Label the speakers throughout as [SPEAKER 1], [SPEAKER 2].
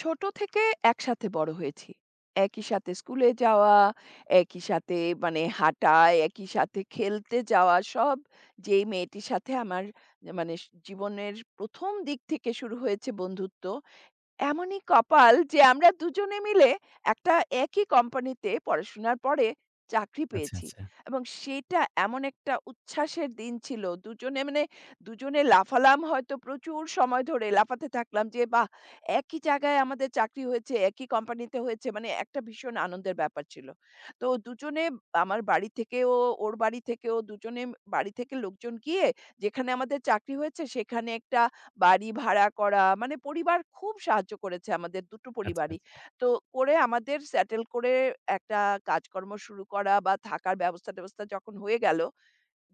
[SPEAKER 1] ছোট থেকে একসাথে বড় হয়েছি। একই সাথে স্কুলে যাওয়া, একই সাথে হাঁটা, একই সাথে খেলতে যাওয়া সব যেই মেয়েটির সাথে আমার জীবনের ১ম দিক থেকে শুরু হয়েছে বন্ধুত্ব। এমনই কপাল যে আমরা দুজনে মিলে একটা একই কোম্পানিতে পড়াশোনার পরে চাকরি
[SPEAKER 2] আচ্ছা,
[SPEAKER 1] পেয়েছি।
[SPEAKER 2] আচ্ছা।
[SPEAKER 1] এবং সেটা এমন একটা উচ্ছ্বাসের দিন ছিল। দুজনে লাফালাম, হয়তো প্রচুর সময় ধরে লাফাতে থাকলাম যে বাহ! একই জায়গায় আমাদের চাকরি হয়েছে, একই কোম্পানিতে হয়েছে, মানে একটা ভীষণ আনন্দের ব্যাপার ছিল। তো দুজনে, আমার বাড়ি থেকেও ওর বাড়ি থেকেও দুজনে, বাড়ি থেকে লোকজন গিয়ে যেখানে আমাদের চাকরি হয়েছে সেখানে একটা বাড়ি ভাড়া করা, মানে পরিবার খুব সাহায্য করেছে আমাদের, দুটো
[SPEAKER 2] আচ্ছা,
[SPEAKER 1] পরিবারই।
[SPEAKER 2] আচ্ছা।
[SPEAKER 1] তো করে আমাদের সেটেল করে, একটা কাজকর্ম শুরু করা বা থাকার ব্যবস্থা-ট্যাবস্থা যখন হয়ে গেল,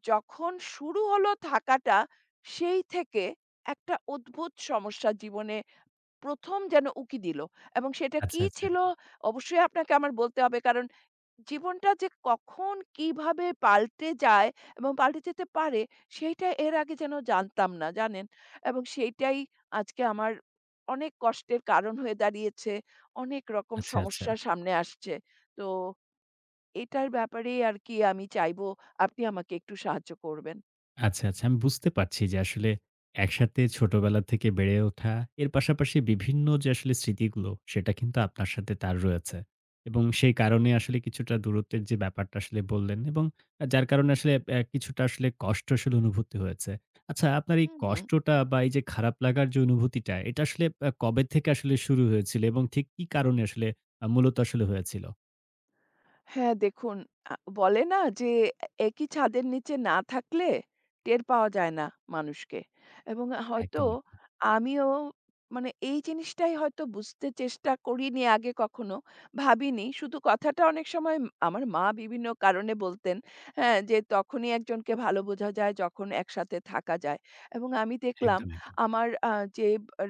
[SPEAKER 1] যখন শুরু হলো থাকাটা, সেই থেকে একটা অদ্ভুত সমস্যা জীবনে ১ম যেন উঁকি দিল। এবং সেটা
[SPEAKER 2] আচ্ছা,
[SPEAKER 1] কি
[SPEAKER 2] আচ্ছা।
[SPEAKER 1] ছিল, অবশ্যই আপনাকে আমার বলতে হবে, কারণ জীবনটা যে কখন কিভাবে পাল্টে যায় এবং পাল্টে যেতে পারে, সেইটা এর আগে যেন জানতাম না, জানেন? এবং সেইটাই আজকে আমার অনেক কষ্টের কারণ হয়ে দাঁড়িয়েছে। অনেক রকম
[SPEAKER 2] আচ্ছা, আচ্ছা।
[SPEAKER 1] সমস্যা সামনে আসছে। তো এটার ব্যাপারেই আরকি আমি চাইবো আপনি আমাকে একটু সাহায্য করবেন।
[SPEAKER 2] আচ্ছা, আচ্ছা। আমি বুঝতে পারছি যে আসলে একসাথে ছোটবেলা থেকে বেড়ে ওঠা, এর পাশাপাশি বিভিন্ন যে আসলে স্মৃতিগুলো, সেটা কিন্তু আপনার সাথে তার রয়েছে। এবং সেই কারণে আসলে কিছুটা দূরত্বের যে ব্যাপারটা আসলে বললেন, এবং যার কারণে আসলে কিছুটা আসলে কষ্ট আসলে অনুভূতি হয়েছে। আচ্ছা, আপনার এই
[SPEAKER 1] হুম।
[SPEAKER 2] কষ্টটা বা এই যে খারাপ লাগার যে অনুভূতিটা, এটা আসলে কবে থেকে আসলে শুরু হয়েছিল এবং ঠিক কি কারণে আসলে মূলত আসলে হয়েছিল?
[SPEAKER 1] হ্যাঁ, দেখুন, বলে না যে এ একই ছাদের নিচে না থাকলে টের পাওয়া যায় না মানুষকে। এবং হয়তো
[SPEAKER 2] একদম, একদম।
[SPEAKER 1] আমিও এই জিনিসটাই হয়তো বুঝতে চেষ্টা করিনি আগে কখনো। ভাবিনি। শুধু কথাটা অনেক সময় আমার মা বিভিন্ন কারণে বলতেন, হ্যাঁ? যে তখনই একজনকে ভালো বোঝা যায় যখন একসাথে থাকা যায়। এবং আমি দেখলাম
[SPEAKER 2] একদম, একদম।
[SPEAKER 1] আমার আ যে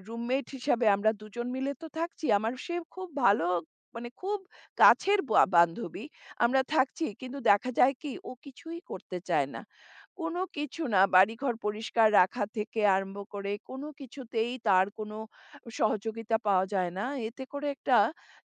[SPEAKER 1] রুমমেট হিসাবে আমরা দুজন মিলে তো থাকছি। আমার সে খুব ভালো, খুব কাছের বা বান্ধবী। আমরা থাকছি, কিন্তু দেখা যায় কি ও কিছুই করতে চায় না। কোনো কিছু না, বাড়িঘর পরিষ্কার রাখা থেকে আরম্ভ করে কোনো কিছুতেই তার কোনো সহযোগিতা পাওয়া যায় না। এতে করে একটা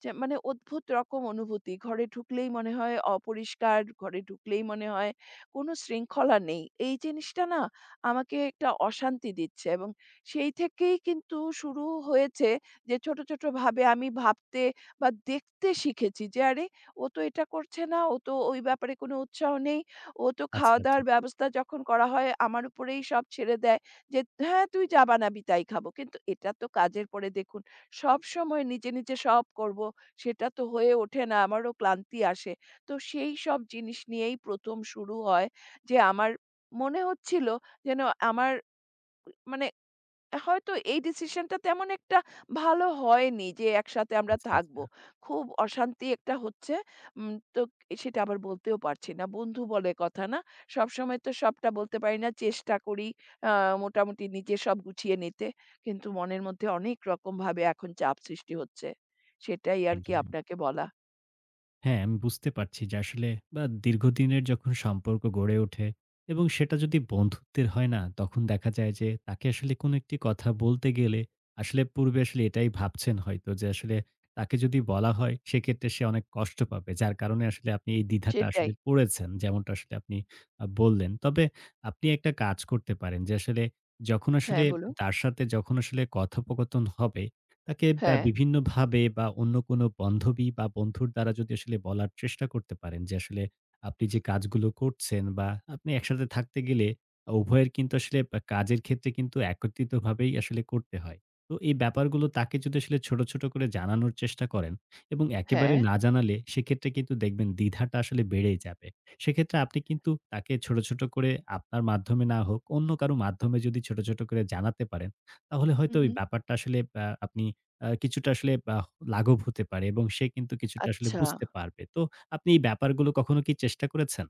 [SPEAKER 1] যে মানে অদ্ভুত রকম অনুভূতি। ঘরে ঢুকলেই মনে হয় অপরিষ্কার, ঘরে ঢুকলেই মনে হয় কোনো শৃঙ্খলা নেই। এই জিনিসটা না আমাকে একটা অশান্তি দিচ্ছে এবং সেই থেকেই কিন্তু শুরু হয়েছে যে ছোট, ছোট ভাবে আমি ভাবতে বা দেখতে শিখেছি যে আরে ও তো এটা করছে না, ও তো ওই ব্যাপারে কোনো উৎসাহ নেই। ও তো
[SPEAKER 2] আচ্ছা, আচ্ছা।
[SPEAKER 1] খাওয়া-দাওয়ার ব্যবস্থা যখন করা হয় আমার উপরেই সব ছেড়ে দেয় যে, "হ্যাঁ, তুই যা বানাবি তাই খাবো।" কিন্তু এটা তো কাজের পরে দেখুন, সবসময় নিজে, নিজে সব করব, সেটা তো হয়ে ওঠে না, আমারও ক্লান্তি আসে। তো সেই সব জিনিস নিয়েই ১ম শুরু হয় যে আমার মনে হচ্ছিল যেন আমার, মানে হয়তো এই ডিসিশনটা তেমন একটা ভালো হয়নি যে একসাথে আমরা
[SPEAKER 2] আচ্ছা, আচ্ছা।
[SPEAKER 1] থাকবো। খুব অশান্তি একটা হচ্ছে। তো সেটা আবার বলতেও পারছি না। বন্ধু বলে কথা না। সবসময় তো সবটা বলতে পারি না। চেষ্টা করি আ মোটামুটি নিজে সব গুছিয়ে নিতে। কিন্তু মনের মধ্যে অনেক রকমভাবে এখন চাপ সৃষ্টি হচ্ছে। সেটাই আর কি
[SPEAKER 2] একদম, একদম।
[SPEAKER 1] আপনাকে বলা।
[SPEAKER 2] হ্যাঁ, আমি বুঝতে পারছি যে আসলে বা দীর্ঘদিনের যখন সম্পর্ক গড়ে ওঠে এবং সেটা যদি বন্ধুত্বের হয় না, তখন দেখা যায় যে তাকে আসলে কোনো একটি কথা বলতে গেলে আসলে পূর্বে আসলে এটাই ভাবছেন হয়তো যে আসলে তাকে যদি বলা হয়, সেক্ষেত্রে সে অনেক কষ্ট পাবে। যার কারণে আসলে আপনি এই দ্বিধাটা
[SPEAKER 1] সেটাই।
[SPEAKER 2] আসলে পড়েছেন। যেমনটা আসলে আপনি বললেন। তবে আপনি একটা কাজ করতে পারেন যে আসলে যখন আসলে
[SPEAKER 1] হ্যাঁ, বলুন।
[SPEAKER 2] তার সাথে যখন আসলে কথোপকথন হবে, তাকে
[SPEAKER 1] হ্যাঁ,
[SPEAKER 2] বিভিন্নভাবে বা অন্য কোনো বান্ধবী বা বন্ধুর দ্বারা যদি আসলে বলার চেষ্টা করতে পারেন যে, আসলে আপনি যে কাজগুলো করছেন, বা আপনি একসাথে থাকতে গেলে উভয়ের কিন্তু আসলে কাজের ক্ষেত্রে কিন্তু একত্রিতভাবেই আসলে করতে হয়। তো এই ব্যাপারগুলো তাকে যদি আসলে ছোট, ছোট করে জানানোর চেষ্টা করেন, এবং একেবারে
[SPEAKER 1] হ্যাঁ।
[SPEAKER 2] না জানালে সেক্ষেত্রে কিন্তু দেখবেন দ্বিধাটা আসলে বেড়েই যাবে। সেক্ষেত্রে আপনি কিন্তু তাকে ছোট, ছোট করে, আপনার মাধ্যমে না হোক, অন্য কারো মাধ্যমে যদি ছোট, ছোট করে জানাতে পারেন, তাহলে
[SPEAKER 1] হু,
[SPEAKER 2] হয়তো ওই
[SPEAKER 1] হু।
[SPEAKER 2] ব্যাপারটা আসলে আপনি কিছুটা আসলে আহ লাঘব হতে পারে এবং সে কিন্তু কিছুটা আসলে
[SPEAKER 1] আচ্ছা।
[SPEAKER 2] বুঝতে পারবে। তো আপনি এই ব্যাপারগুলো কখনো কি চেষ্টা করেছেন?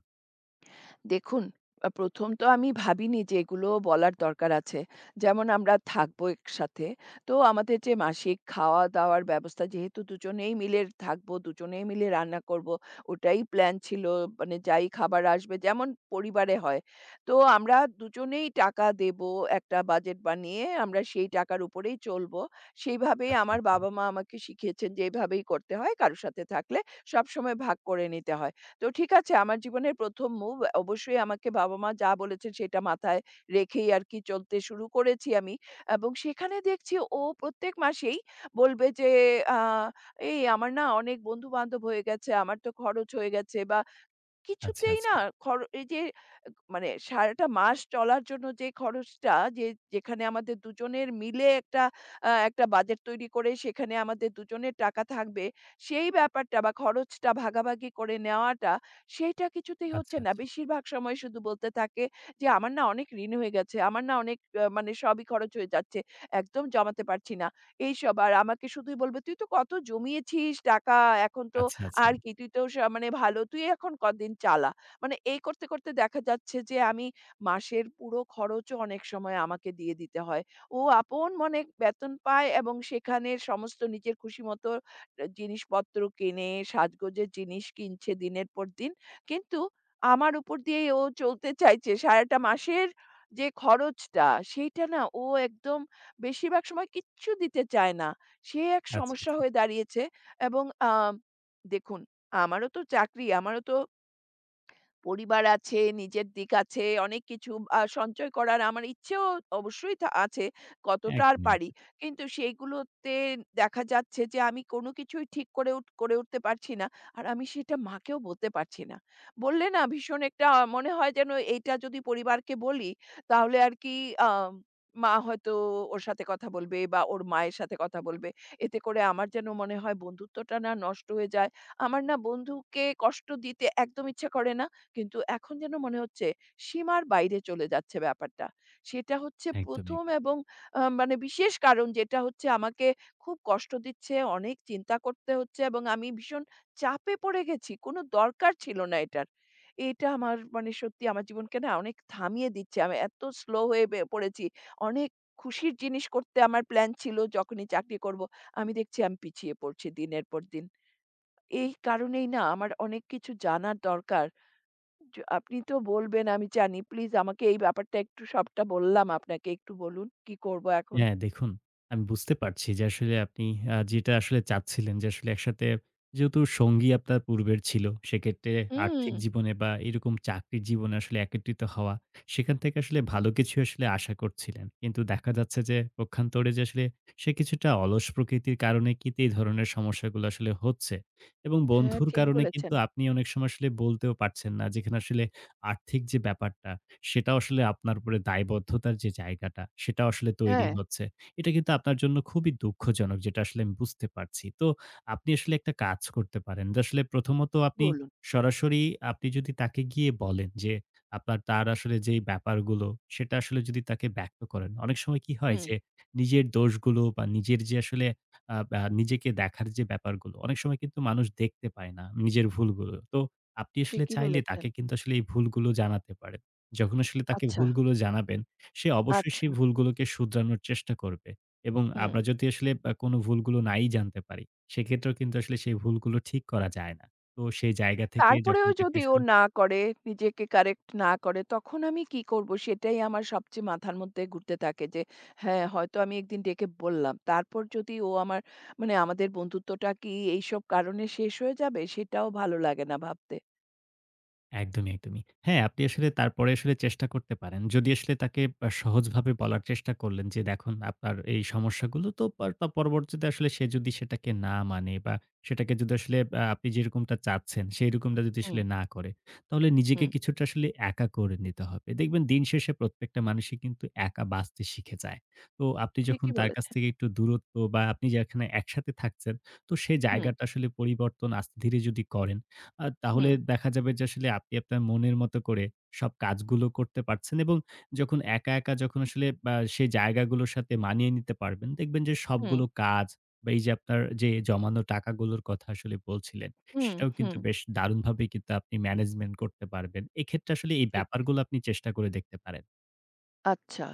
[SPEAKER 1] দেখুন, ১ম তো আমি ভাবিনি যে এগুলো বলার দরকার আছে। যেমন আমরা থাকবো একসাথে। তো আমাদের যে মাসিক খাওয়া-দাওয়ার ব্যবস্থা, যেহেতু দুজনেই মিলে থাকবো, দুজনেই মিলে রান্না করবো, ওটাই প্ল্যান ছিল। মানে যাই খাবার আসবে যেমন পরিবারে হয়। তো আমরা দুজনেই টাকা দেবো, একটা বাজেট বানিয়ে আমরা সেই টাকার উপরেই চলবো। সেইভাবেই
[SPEAKER 2] আচ্ছা,
[SPEAKER 1] আমার
[SPEAKER 2] আচ্ছা।
[SPEAKER 1] বাবা-মা আমাকে শিখিয়েছেন যে এভাবেই করতে হয়। কারো সাথে থাকলে সবসময় ভাগ করে নিতে হয়। তো ঠিক আছে, আমার জীবনের ১ম মুভ, অবশ্যই আমাকে বাবা-মা যা বলেছেন সেটা মাথায় রেখেই আরকি চলতে শুরু করেছি আমি। এবং সেখানে দেখছি ও প্রত্যেক মাসেই বলবে যে, আ "এই আমার না অনেক বন্ধু-বান্ধব হয়ে গেছে, আমার তো খরচ হয়ে গেছে বা
[SPEAKER 2] আচ্ছা,
[SPEAKER 1] কিছুতেই
[SPEAKER 2] আচ্ছা।
[SPEAKER 1] না এই যে আহ, মানে সারাটা মাস চলার জন্য যে খরচটা, যে যেখানে আমাদের দুজনের মিলে একটা বাজেট তৈরি করে সেখানে আমাদের দুজনের টাকা থাকবে, সেই ব্যাপারটা বা খরচটা ভাগাভাগি করে নেওয়াটা সেইটা কিছুতেই
[SPEAKER 2] আচ্ছা,
[SPEAKER 1] হচ্ছে না।
[SPEAKER 2] আচ্ছা।
[SPEAKER 1] বেশিরভাগ সময় শুধু বলতে থাকে যে, "আমার না অনেক ঋণ হয়ে গেছে। আমার না অনেক আ মানে সবই খরচ হয়ে যাচ্ছে। একদম জমাতে পারছি না।" এইসব। আর আমাকে শুধুই বলবে, "তুই তো কত জমিয়েছিস টাকা। এখন তো
[SPEAKER 2] আচ্ছা, আচ্ছা।
[SPEAKER 1] আর কি তুই তো সা মানে ভালো, তুই এখন কদিন চালা।" মানে এই করতে, করতে দেখা যাচ্ছে যে আমি মাসের পুরো খরচও অনেক সময় আমাকে দিয়ে দিতে হয়। ও আপন মনে বেতন পায় এবং সেখানে সমস্ত নিজের খুশিমতো জিনিসপত্র কেনে, সাজগোজের জিনিস কিনছে দিনের পর দিন। কিন্তু আমার উপর দিয়েই ও চলতে চাইছে। সারাটা মাসের যে খরচটা সেইটা না ও একদম বেশিরভাগ সময় কিচ্ছু দিতে চায় না। সে এক
[SPEAKER 2] আচ্ছা,
[SPEAKER 1] সমস্যা
[SPEAKER 2] আচ্ছা।
[SPEAKER 1] হয়ে দাঁড়িয়েছে এবং আ দেখুন, আমারও তো চাকরি, আমারও তো পরিবার আছে, নিজের দিক আছে, অনেক কিছু সঞ্চয় করার আমার ইচ্ছেও অবশ্যই আছে, কতটা আর
[SPEAKER 2] একদমই, একদমই।
[SPEAKER 1] পারি। কিন্তু সেইগুলোতে দেখা যাচ্ছে যে আমি কোনো কিছুই ঠিক করে উঠতে পারছি না। আর আমি সেটা মাকেও বলতে পারছি না। বললে না ভীষণ একটা আহ, মনে হয় যেন এইটা যদি পরিবারকে বলি তাহলে আর কি আম মা হয়তো ওর সাথে কথা বলবে বা ওর মায়ের সাথে কথা বলবে। এতে করে আমার যেন মনে হয় বন্ধুত্বটা না নষ্ট হয়ে যায়। আমার না বন্ধুকে কষ্ট দিতে একদম ইচ্ছা করে না। কিন্তু এখন যেন মনে হচ্ছে সীমার বাইরে চলে যাচ্ছে ব্যাপারটা। সেটা হচ্ছে
[SPEAKER 2] একদমই, একদমই।
[SPEAKER 1] ১ম এবং আ মানে বিশেষ কারণ যেটা হচ্ছে আমাকে খুব কষ্ট দিচ্ছে, অনেক চিন্তা করতে হচ্ছে এবং আমি ভীষণ চাপে পড়ে গেছি। কোনো দরকার ছিল না এটার। এটা আমার সত্যি আমার জীবনকে না অনেক থামিয়ে দিচ্ছে। আমি এত স্লো হয়ে পড়েছি। অনেক খুশির জিনিস করতে আমার প্ল্যান ছিল যখনই চাকরি করব। আমি দেখছি আমি পিছিয়ে পড়ছি দিনের পর দিন। এই কারণেই না আমার অনেক কিছু জানার দরকার। আপনি তো বলবেন আমি জানি। প্লিজ, আমাকে এই ব্যাপারটা একটু, সবটা বললাম আপনাকে। একটু বলুন কি করব এখন?
[SPEAKER 2] হ্যাঁ, দেখুন, আমি বুঝতে পারছি যে আসলে আপনি যেটা আসলে চাচ্ছিলেন যে আসলে একসাথে যেহেতু সঙ্গী আপনার পূর্বের ছিল, সেক্ষেত্রে
[SPEAKER 1] হুম,
[SPEAKER 2] আর্থিক জীবনে বা এরকম চাকরির জীবনে আসলে একত্রিত হওয়া, সেখান থেকে আসলে ভালো কিছু আসলে আশা করছিলেন। কিন্তু দেখা যাচ্ছে যে পক্ষান্তরে যে আসলে সে কিছুটা অলস প্রকৃতির কারণে কিন্তু এই ধরনের সমস্যাগুলো আসলে হচ্ছে। এবং
[SPEAKER 1] হ্যাঁ,
[SPEAKER 2] বন্ধুর
[SPEAKER 1] ঠিক
[SPEAKER 2] কারণে কিন্তু
[SPEAKER 1] বলেছেন।
[SPEAKER 2] আপনি অনেক সময় আসলে বলতেও পারছেন না। যেখানে আসলে আর্থিক যে ব্যাপারটা, সেটা আসলে আপনার উপরে দায়বদ্ধতার যে জায়গাটা, সেটা আসলে তৈরি
[SPEAKER 1] হ্যাঁ,
[SPEAKER 2] হচ্ছে। এটা কিন্তু আপনার জন্য খুবই দুঃখজনক, যেটা আসলে আমি বুঝতে পারছি। তো আপনি আসলে একটা কাজ করতে পারেন যে আসলে প্রথমত আপনি
[SPEAKER 1] বলুন।
[SPEAKER 2] সরাসরি, আপনি যদি তাকে গিয়ে বলেন যে আপনার তার আসলে যেই ব্যাপারগুলো, সেটা আসলে যদি তাকে ব্যক্ত করেন। অনেক সময় কি হয়
[SPEAKER 1] হুম,
[SPEAKER 2] যে নিজের দোষগুলো বা নিজের যে আসলে আ আ নিজেকে দেখার যে ব্যাপারগুলো অনেক সময় কিন্তু মানুষ দেখতে পায় না নিজের ভুলগুলো। তো আপনি আসলে
[SPEAKER 1] ঠিকই
[SPEAKER 2] চাইলে
[SPEAKER 1] বলেছেন।
[SPEAKER 2] তাকে কিন্তু আসলে এই ভুলগুলো জানাতে পারেন। যখন আসলে তাকে
[SPEAKER 1] আচ্ছা,
[SPEAKER 2] ভুলগুলো জানাবেন, সে অবশ্যই
[SPEAKER 1] আচ্ছা।
[SPEAKER 2] সেই ভুলগুলোকে শুধরানোর চেষ্টা করবে, এবং
[SPEAKER 1] হুম।
[SPEAKER 2] আমরা যদি আসলে কোনো ভুলগুলো নাই জানতে পারি, সেক্ষেত্রেও কিন্তু আসলে সেই ভুলগুলো ঠিক করা যায় না। তো সেই জায়গা থেকে যখন
[SPEAKER 1] তারপরেও
[SPEAKER 2] তাকে
[SPEAKER 1] যদি ও
[SPEAKER 2] আসলে।
[SPEAKER 1] না করে, নিজেকে কারেক্ট না করে তখন আমি কি করব? সেটাই আমার সবচেয়ে মাথার মধ্যে ঘুরতে থাকে যে, হ্যাঁ, হয়তো আমি একদিন ডেকে বললাম। তারপর যদি ও আমার, আমাদের বন্ধুত্বটা কি এইসব কারণে শেষ হয়ে যাবে? সেটাও ভালো লাগে না ভাবতে।
[SPEAKER 2] একদমই, একদমই। হ্যাঁ, আপনি আসলে তারপরে আসলে চেষ্টা করতে পারেন। যদি আসলে তাকে সহজভাবে বলার চেষ্টা করলেন যে, "দেখুন আপনার এই সমস্যাগুলো", তো পর তা পরবর্তীতে আসলে সে যদি সেটাকে না মানে, বা সেটাকে যদি আসলে আপনি যেরকমটা চাচ্ছেন, সেইরকমটা যদি
[SPEAKER 1] হুম,
[SPEAKER 2] আসলে না করে, তাহলে নিজেকে
[SPEAKER 1] হুম।
[SPEAKER 2] কিছুটা আসলে একা করে নিতে হবে। দেখবেন দিন শেষে প্রত্যেকটা মানুষই কিন্তু একা বাঁচতে শিখে যায়। তো আপনি যখন
[SPEAKER 1] ঠিকই
[SPEAKER 2] তার কাছ
[SPEAKER 1] বলেছেন।
[SPEAKER 2] থেকে একটু দূরত্ব, বা আপনি যেখানে একসাথে থাকছেন, তো সেই
[SPEAKER 1] হুম,
[SPEAKER 2] জায়গাটা আসলে পরিবর্তন আস্তে ধীরে যদি করেন, তাহলে
[SPEAKER 1] হুম,
[SPEAKER 2] দেখা যাবে যে আসলে আপনি আপনার মনের মতো করে সব কাজগুলো করতে পারছেন, এবং যখন একা, একা যখন আসলে সেই জায়গাগুলোর সাথে মানিয়ে নিতে পারবেন, দেখবেন যে
[SPEAKER 1] হুম,
[SPEAKER 2] সবগুলো কাজ, বা এই যে আপনার যে জমানো টাকাগুলোর কথা আসলে বলছিলেন,
[SPEAKER 1] হুম,
[SPEAKER 2] সেটাও কিন্তু
[SPEAKER 1] হুম,
[SPEAKER 2] বেশ দারুণভাবে কিন্তু আপনি ম্যানেজমেন্ট করতে পারবেন। এক্ষেত্রে আসলে এই
[SPEAKER 1] ঠিক।
[SPEAKER 2] ব্যাপারগুলো আপনি চেষ্টা করে দেখতে পারেন।
[SPEAKER 1] আচ্ছা।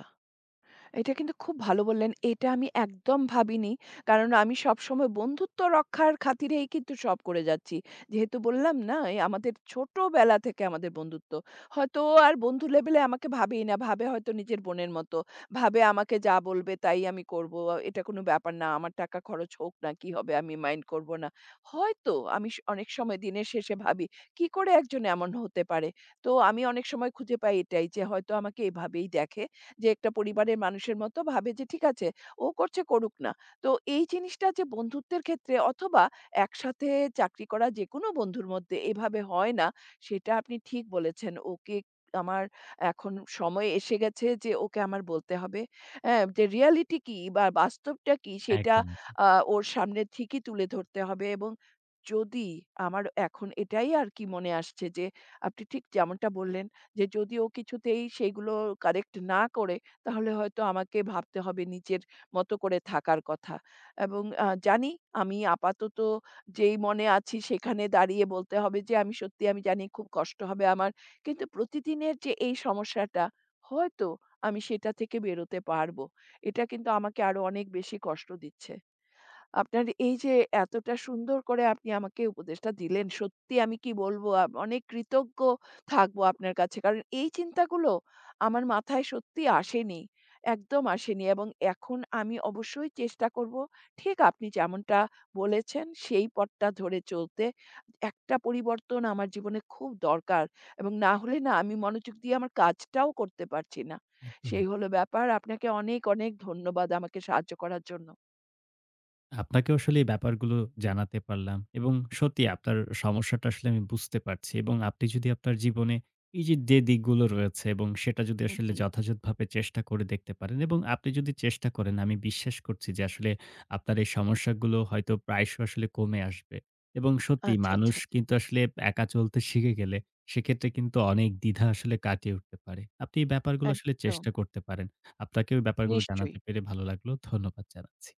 [SPEAKER 1] এটা কিন্তু খুব ভালো বললেন। এটা আমি একদম ভাবিনি। কারণ আমি সবসময় বন্ধুত্ব রক্ষার খাতিরেই কিন্তু সব করে যাচ্ছি। যেহেতু বললাম না, এই আমাদের ছোটবেলা থেকে আমাদের বন্ধুত্ব। হয়তো ও আর বন্ধু লেভেলে আমাকে ভাবেই না। ভাবে হয়তো নিজের বোনের মতো। ভাবে আমাকে যা বলবে তাই আমি করব। এটা কোনো ব্যাপার না। আমার টাকা খরচ হোক না কি হবে আমি মাইন্ড করব না। হয়তো আমি অনেক সময় দিনের শেষে ভাবি, কি করে একজন এমন হতে পারে? তো আমি অনেক সময় খুঁজে পাই এটাই যে হয়তো আমাকে এভাবেই দেখে। যে একটা পরিবারের মানুষের মতো ভাবে যে ঠিক আছে, ও করছে করুক না। তো এই জিনিসটা যে বন্ধুত্বের ক্ষেত্রে অথবা একসাথে চাকরি করা যেকোনো বন্ধুর মধ্যে এভাবে হয় না, সেটা আপনি ঠিক বলেছেন। ওকে আমার এখন সময় এসে গেছে যে ওকে আমার বলতে হবে। হ্যাঁ, যে রিয়ালিটি কি বা বাস্তবটা কি সেটা
[SPEAKER 2] একদমই,
[SPEAKER 1] আ ওর সামনে ঠিকই তুলে ধরতে হবে এবং যদি আমার এখন এটাই আর কি মনে আসছে যে আপনি ঠিক যেমনটা বললেন যে যদি ও কিছুতেই সেইগুলো কারেক্ট না করে, তাহলে হয়তো আমাকে ভাবতে হবে নিজের মতো করে থাকার কথা। এবং জানি আমি আপাতত যেই মনে আছি সেখানে দাঁড়িয়ে বলতে হবে যে আমি সত্যি, আমি জানি খুব কষ্ট হবে আমার। কিন্তু প্রতিদিনের যে এই সমস্যাটা, হয়তো আমি সেটা থেকে বেরোতে পারব। এটা কিন্তু আমাকে আরো অনেক বেশি কষ্ট দিচ্ছে। আপনার এই যে এতটা সুন্দর করে আপনি আমাকে উপদেশটা দিলেন, সত্যি আমি কি বলবো, অনেক কৃতজ্ঞ থাকবো আপনার কাছে। কারণ এই চিন্তাগুলো আমার মাথায় সত্যি আসেনি। একদম আসেনি এবং এখন আমি অবশ্যই চেষ্টা করবো ঠিক আপনি যেমনটা বলেছেন সেই পথটা ধরে চলতে। একটা পরিবর্তন আমার জীবনে খুব দরকার এবং না হলে না আমি মনোযোগ দিয়ে আমার কাজটাও করতে পারছি না।
[SPEAKER 2] একদমই।
[SPEAKER 1] সেই হলো ব্যাপার। আপনাকে অনেক, অনেক ধন্যবাদ আমাকে সাহায্য করার জন্য।
[SPEAKER 2] আপনাকেও আসলে এই ব্যাপারগুলো জানাতে পারলাম, এবং সত্যি আপনার সমস্যাটা আসলে আমি বুঝতে পারছি, এবং আপনি যদি আপনার জীবনে এই যে যে দিকগুলো রয়েছে এবং সেটা যদি
[SPEAKER 1] হুম।
[SPEAKER 2] আসলে
[SPEAKER 1] হুম।
[SPEAKER 2] যথাযথভাবে চেষ্টা করে দেখতে পারেন, এবং আপনি যদি চেষ্টা করেন, আমি বিশ্বাস করছি যে আসলে আপনার এই সমস্যাগুলো হয়তো প্রায়শ আসলে কমে আসবে। এবং সত্যি
[SPEAKER 1] আচ্ছা,
[SPEAKER 2] মানুষ
[SPEAKER 1] আচ্ছা, আচ্ছা।
[SPEAKER 2] কিন্তু আসলে একা চলতে শিখে গেলে সেক্ষেত্রে কিন্তু অনেক দ্বিধা আসলে কাটিয়ে উঠতে পারে। আপনি এই ব্যাপারগুলো আসলে
[SPEAKER 1] একদম।
[SPEAKER 2] চেষ্টা করতে পারেন। আপনাকেও ব্যাপারগুলো
[SPEAKER 1] নিশ্চয়ই।
[SPEAKER 2] জানাতে পেরে ভালো লাগলো, ধন্যবাদ জানাচ্ছি।